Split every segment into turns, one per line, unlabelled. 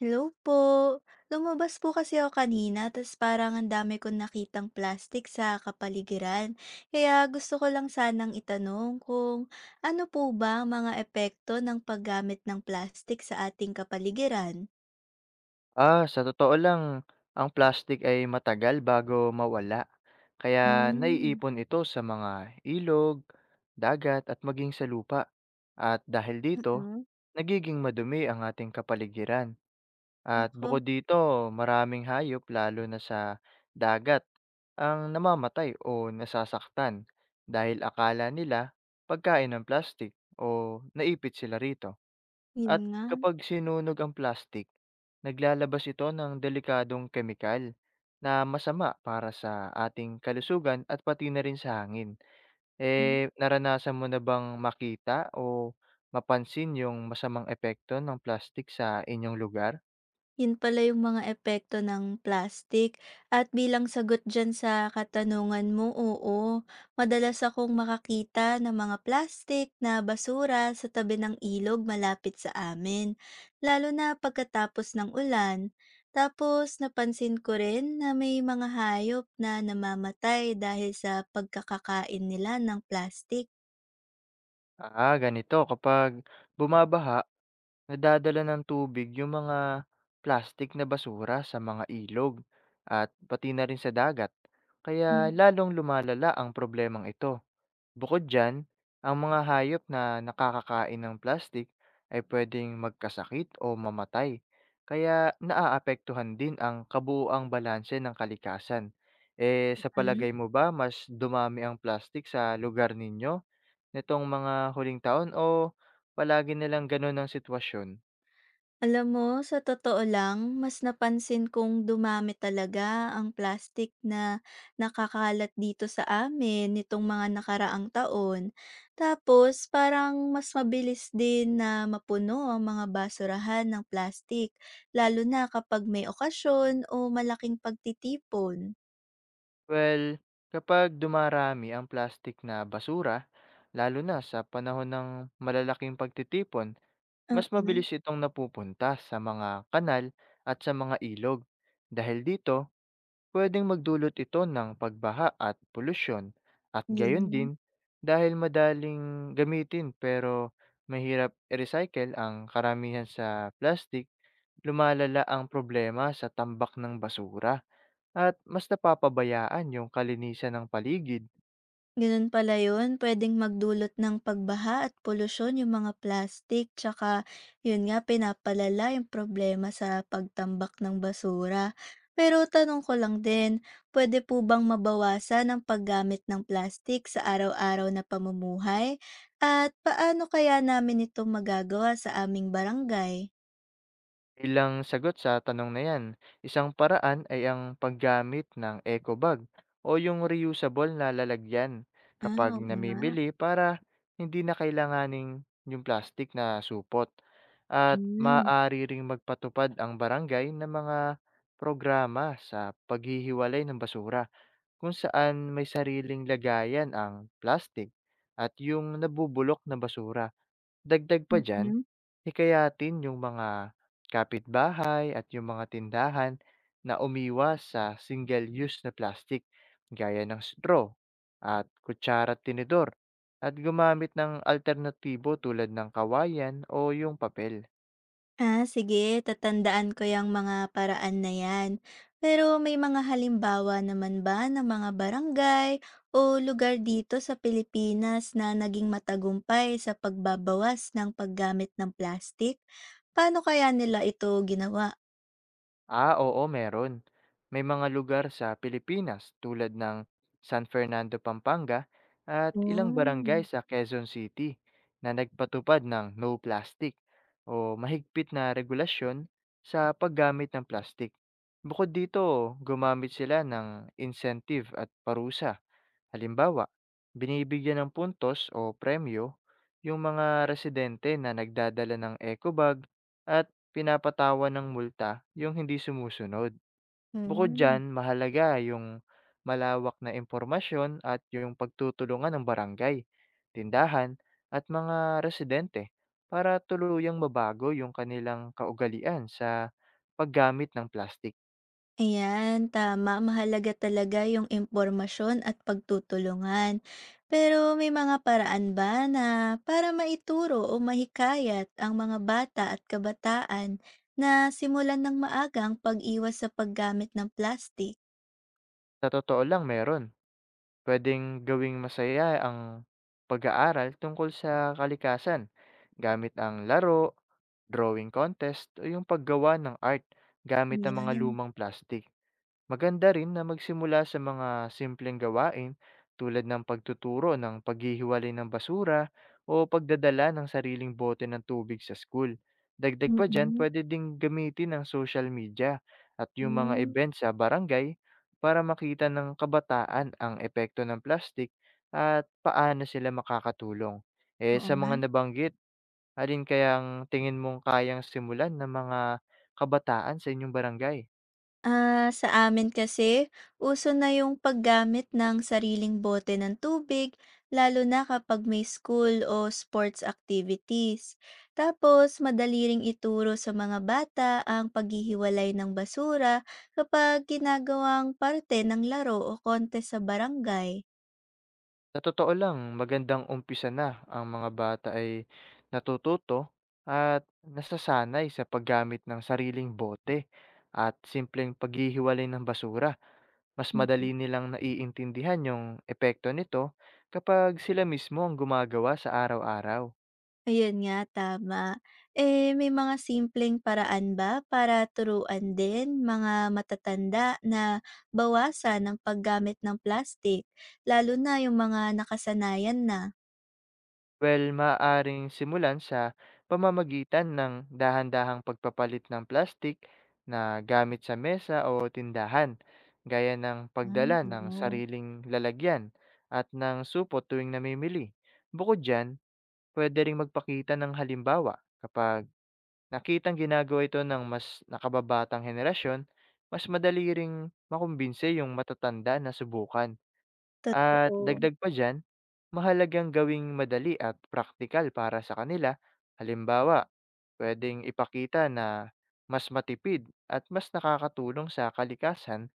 Hello po. Lumabas po kasi ako kanina tas parang ang dami kong nakitang plastic sa kapaligiran. Kaya gusto ko lang sanang itanong kung ano po ba ang mga epekto ng paggamit ng plastic sa ating kapaligiran?
Ah, sa totoo lang, ang plastic ay matagal bago mawala. Kaya
Hmm,
naiipon ito sa mga ilog, dagat at maging sa lupa. At dahil dito,
mm.
nagiging madumi ang ating kapaligiran. At
Ako,
bukod dito, maraming hayop, lalo na sa dagat, ang namamatay o nasasaktan dahil akala nila pagkain ng plastic o naipit sila rito.
yun
At
nga.
kapag sinunog ang plastik, naglalabas ito ng delikadong kemikal na masama para sa ating kalusugan at pati na rin sa hangin.
Hmm.
Eh, naranasan mo na bang makita o mapansin yung masamang epekto ng plastik sa inyong lugar?
Yun pala yung mga epekto ng plastic. At bilang sagot dyan sa katanungan mo, oo, madalas akong makakita ng mga plastic na basura sa tabi ng ilog malapit sa amin, lalo na pagkatapos ng ulan. Tapos napansin ko rin na may mga hayop na namamatay dahil sa pagkakakain nila ng plastic.
Ah, ganito. Kapag bumabaha, nadadala ng tubig yung mga plastik na basura sa mga ilog at pati na rin sa dagat. Kaya
Mm.
lalong lumalala ang problemang ito. Bukod diyan, ang mga hayop na nakakakain ng plastik ay pwedeng magkasakit o mamatay, kaya naaapektuhan din ang kabuuang balanse ng kalikasan. Eh, sa
Hmm?
palagay mo ba mas dumami ang plastik sa lugar ninyo nitong mga huling taon, o palagi nilang ganun ang sitwasyon?
Alam mo, sa totoo lang, mas napansin kong dumami talaga ang plastic na nakakalat dito sa amin nitong mga nakaraang taon. Tapos, parang mas mabilis din na mapuno ang mga basurahan ng plastic, lalo na kapag may okasyon o malaking pagtitipon.
Well, kapag dumarami ang plastik na basura, lalo na sa panahon ng malalaking pagtitipon, mas
Oo,
mabilis itong napupunta sa mga kanal at sa mga ilog. Dahil dito, pwedeng magdulot ito ng pagbaha at polusyon, at
yun
gayon
nga.
din, dahil madaling gamitin pero mahirap i-recycle ang karamihan sa plastic, lumalala ang problema sa tambak ng basura at mas napapabayaan yung kalinisan ng paligid.
Gano'n pala 'yun, puwedeng magdulot ng pagbaha at polusyon yung mga plastic, tsaka 'yun nga pinapalala yung problema sa pagtambak ng basura. Pero tanong ko lang din, pwede po bang mabawasan ang paggamit ng plastic sa araw-araw na pamumuhay? At paano kaya namin ito magagawa sa aming barangay?
Bilang sagot sa tanong na yan, isang paraan ay ang paggamit ng eco bag o yung reusable na lalagyan
Ah,
kapag
oo nga.
namimili, para hindi na kailanganing yung plastic na supot. At
Hmm,
maaari ring magpatupad ang barangay ng mga programa sa paghihiwalay ng basura, kung saan may sariling lagayan ang plastic at yung nabubulok na basura. Dagdag pa dyan,
mm.
hikayatin yung mga kapitbahay at yung mga tindahan na umiwas sa single-use na plastic, gaya ng straw at kutsara at tinidor, at gumamit ng alternatibo tulad ng kawayan o yung papel.
Ah, sige, tatandaan ko yung mga paraan na yan. Pero may mga halimbawa naman ba ng mga barangay o lugar dito sa Pilipinas na naging matagumpay sa pagbabawas ng paggamit ng plastic? Paano kaya nila ito ginawa?
Ah, oo, meron. May mga lugar sa Pilipinas tulad ng San Fernando, Pampanga at ilang barangay
Mm.
sa Quezon City na nagpatupad ng no plastic o mahigpit na regulasyon sa paggamit ng plastic. Bukod dito, gumamit sila ng incentive at parusa. Halimbawa, binibigyan ng puntos o premyo yung mga residente na nagdadala ng ecobag, at pinapatawan ng multa yung hindi sumusunod. Bukod
Mm.
dyan, mahalaga yung malawak na impormasyon at yung pagtutulungan ng barangay, tindahan at mga residente para tuluyang mabago yung kanilang kaugalian sa paggamit ng plastic.
Ayan, tama. Mahalaga talaga yung impormasyon at pagtutulungan. Pero may mga paraan ba na para maituro o mahikayat ang mga bata at kabataan na simulan ng maagang pag-iwas sa paggamit ng plastic?
Sa totoo lang, meron. Puwedeng gawing masaya ang pag-aaral tungkol sa kalikasan gamit ang laro, drawing contest o yung paggawa ng art gamit ang mga
Ayan.
lumang plastic. Maganda rin na magsimula sa mga simpleng gawain tulad ng pagtuturo ng paghihiwalay ng basura o pagdadala ng sariling bote ng tubig sa school. Dagdag pa dyan,
Mm-mm.
pwede ding gamitin ang social media at yung mga
Mm,
event sa barangay para makita ng kabataan ang epekto ng plastic at paano sila makakatulong. Eh
oo
sa
nga.
mga nabanggit, alin kayang tingin mong kayang simulan ng mga kabataan sa inyong barangay?
Ah, sa amin kasi, uso na yung paggamit ng sariling bote ng tubig, lalo na kapag may school o sports activities. Tapos, madali ring ituro sa mga bata ang paghihiwalay ng basura kapag ginagawang parte ng laro o kontes sa barangay.
Sa totoo lang, magandang umpisa na ang mga bata ay natututo at nasasanay sa paggamit ng sariling bote at simpleng paghihiwalay ng basura. Mas madali nilang naiintindihan yung epekto nito kapag sila mismo ang gumagawa sa araw-araw.
Ayun nga, tama. Eh, may mga simpleng paraan ba para turuan din mga matatanda na bawasan ang paggamit ng plastic, lalo na yung mga nakasanayan na?
Well, maaaring simulan sa pamamagitan ng dahan-dahang pagpapalit ng plastik na gamit sa mesa o tindahan, gaya ng
Ah,
pagdala ng
oo.
sariling lalagyan at ng supo tuwing namimili. Bukod dyan, pwede ring magpakita ng halimbawa. Kapag nakitang ginagawa ito ng mas nakababatang henerasyon, mas madali ring makumbinse yung matatanda na subukan. At
Totoo,
dagdag pa diyan, mahalagang gawing madali at praktikal para sa kanila. Halimbawa, pwedeng ipakita na mas matipid at mas nakakatulong sa kalikasan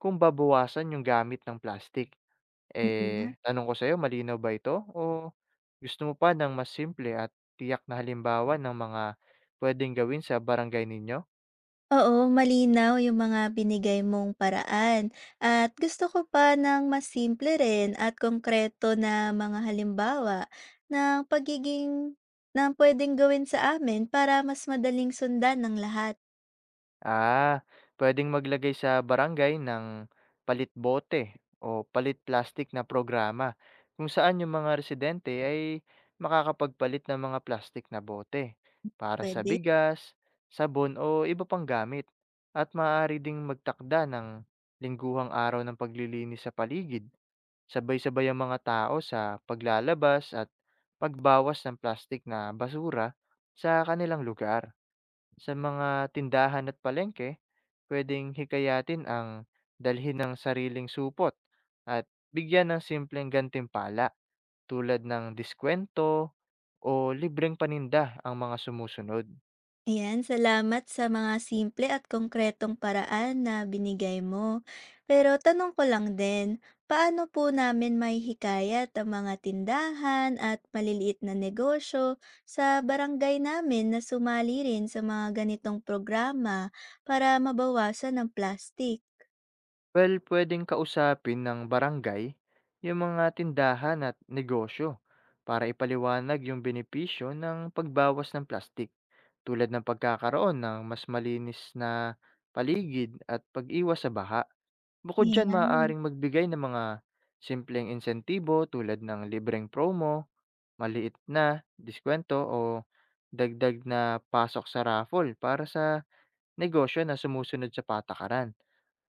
kung babawasan yung gamit ng plastic.
mm nga.
Eh, tanong ko sa'yo, malinaw ba ito? O gusto mo pa ng mas simple at tiyak na halimbawa ng mga pwedeng gawin sa barangay ninyo?
Oo, malinaw yung mga binigay mong paraan at gusto ko pa ng mas simple rin at konkreto na mga halimbawa ng pagiging ng puwedeng gawin sa amin para mas madaling sundan ng lahat,
Ah, pwedeng maglagay sa barangay ng palit bote o palit plastik na programa, kung saan yung mga residente ay makakapagpalit ng mga plastik na bote para sa
pwede.
bigas, sabon o iba pang gamit. At maaari ding magtakda ng lingguhang araw ng paglilinis sa paligid, sabay-sabay ang mga tao sa paglalabas at pagbawas ng plastik na basura sa kanilang lugar. Sa mga tindahan at palengke, pwedeng hikayatin ang dalhin ng sariling supot, at bigyan ng simpleng gantimpala tulad ng diskwento o libreng paninda ang mga sumusunod.
Ayan, salamat sa mga simple at konkretong paraan na binigay mo. Pero tanong ko lang din, paano po namin maihikayat ang mga tindahan at maliliit na negosyo sa barangay namin na sumali rin sa mga ganitong programa para mabawasan ang plastic?
Well, pwedeng kausapin ng barangay yung mga tindahan at negosyo para ipaliwanag yung benepisyo ng pagbawas ng plastik, tulad ng pagkakaroon ng mas malinis na paligid at pag-iwas sa baha. Bukod diyan,
Ayan.
maaaring magbigay ng mga simpleng insentibo tulad ng libreng promo, maliit na diskwento o dagdag na pasok sa raffle para sa negosyo na sumusunod sa patakaran.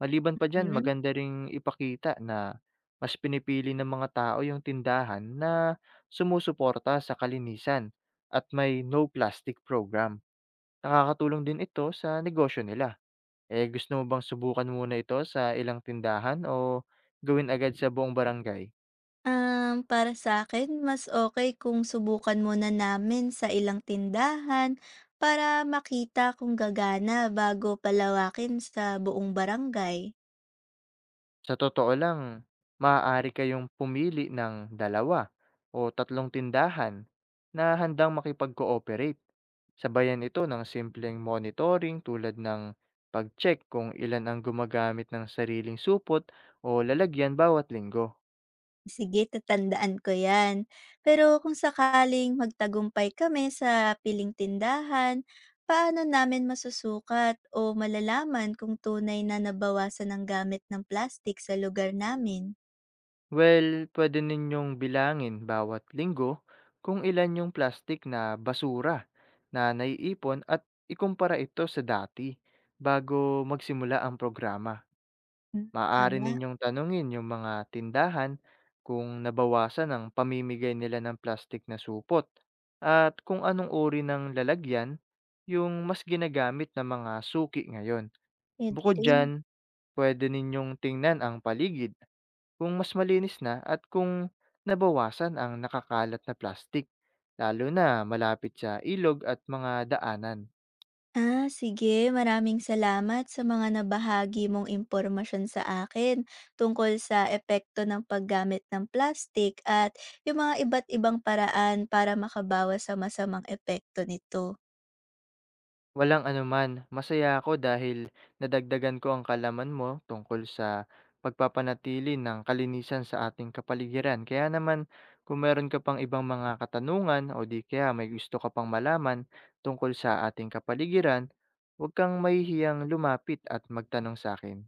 Maliban pa diyan, maganda ring ipakita na mas pinipili ng mga tao yung tindahan na sumusuporta sa kalinisan at may no plastic program. Nakakatulong din ito sa negosyo nila. Eh, gusto mo bang subukan muna ito sa ilang tindahan o gawin agad sa buong barangay?
Para sa akin mas okay kung subukan muna namin sa ilang tindahan para makita kung gagana bago palawakin sa buong barangay.
Sa totoo lang, maaari kayong pumili ng 2 o 3 tindahan na handang makipag-cooperate. Sabayan ito ng simpleng monitoring tulad ng pag-check kung ilan ang gumagamit ng sariling supot o lalagyan bawat linggo.
Sige, tatandaan ko 'yan. Pero kung sakaling magtagumpay kami sa piling tindahan, paano namin masusukat o malalaman kung tunay na nabawasan ang gamit ng plastik sa lugar namin?
Well, pwede ninyong bilangin bawat linggo kung ilan yung plastic na basura na naiipon, at ikumpara ito sa dati bago magsimula ang programa.
Hmm,
Maaari
tama,
ninyong tanungin yung mga tindahan kung nabawasan ang pamimigay nila ng plastic na supot, at kung anong uri ng lalagyan yung mas ginagamit ng mga suki ngayon.
puwede
Bukod
rin.
dyan, pwede ninyong tingnan ang paligid kung mas malinis na at kung nabawasan ang nakakalat na plastik, lalo na malapit sa ilog at mga daanan.
Ah, sige. Maraming salamat sa mga nabahagi mong impormasyon sa akin tungkol sa epekto ng paggamit ng plastic at yung mga iba't ibang paraan para makabawas sa masamang epekto nito.
Walang anuman, masaya ako dahil nadagdagan ko ang kalaman mo tungkol sa pagpapanatili ng kalinisan sa ating kapaligiran. Kaya naman, kung meron ka pang ibang mga katanungan o di kaya may gusto ka pang malaman tungkol sa ating kapaligiran, huwag kang mahihiyang lumapit at magtanong sa akin.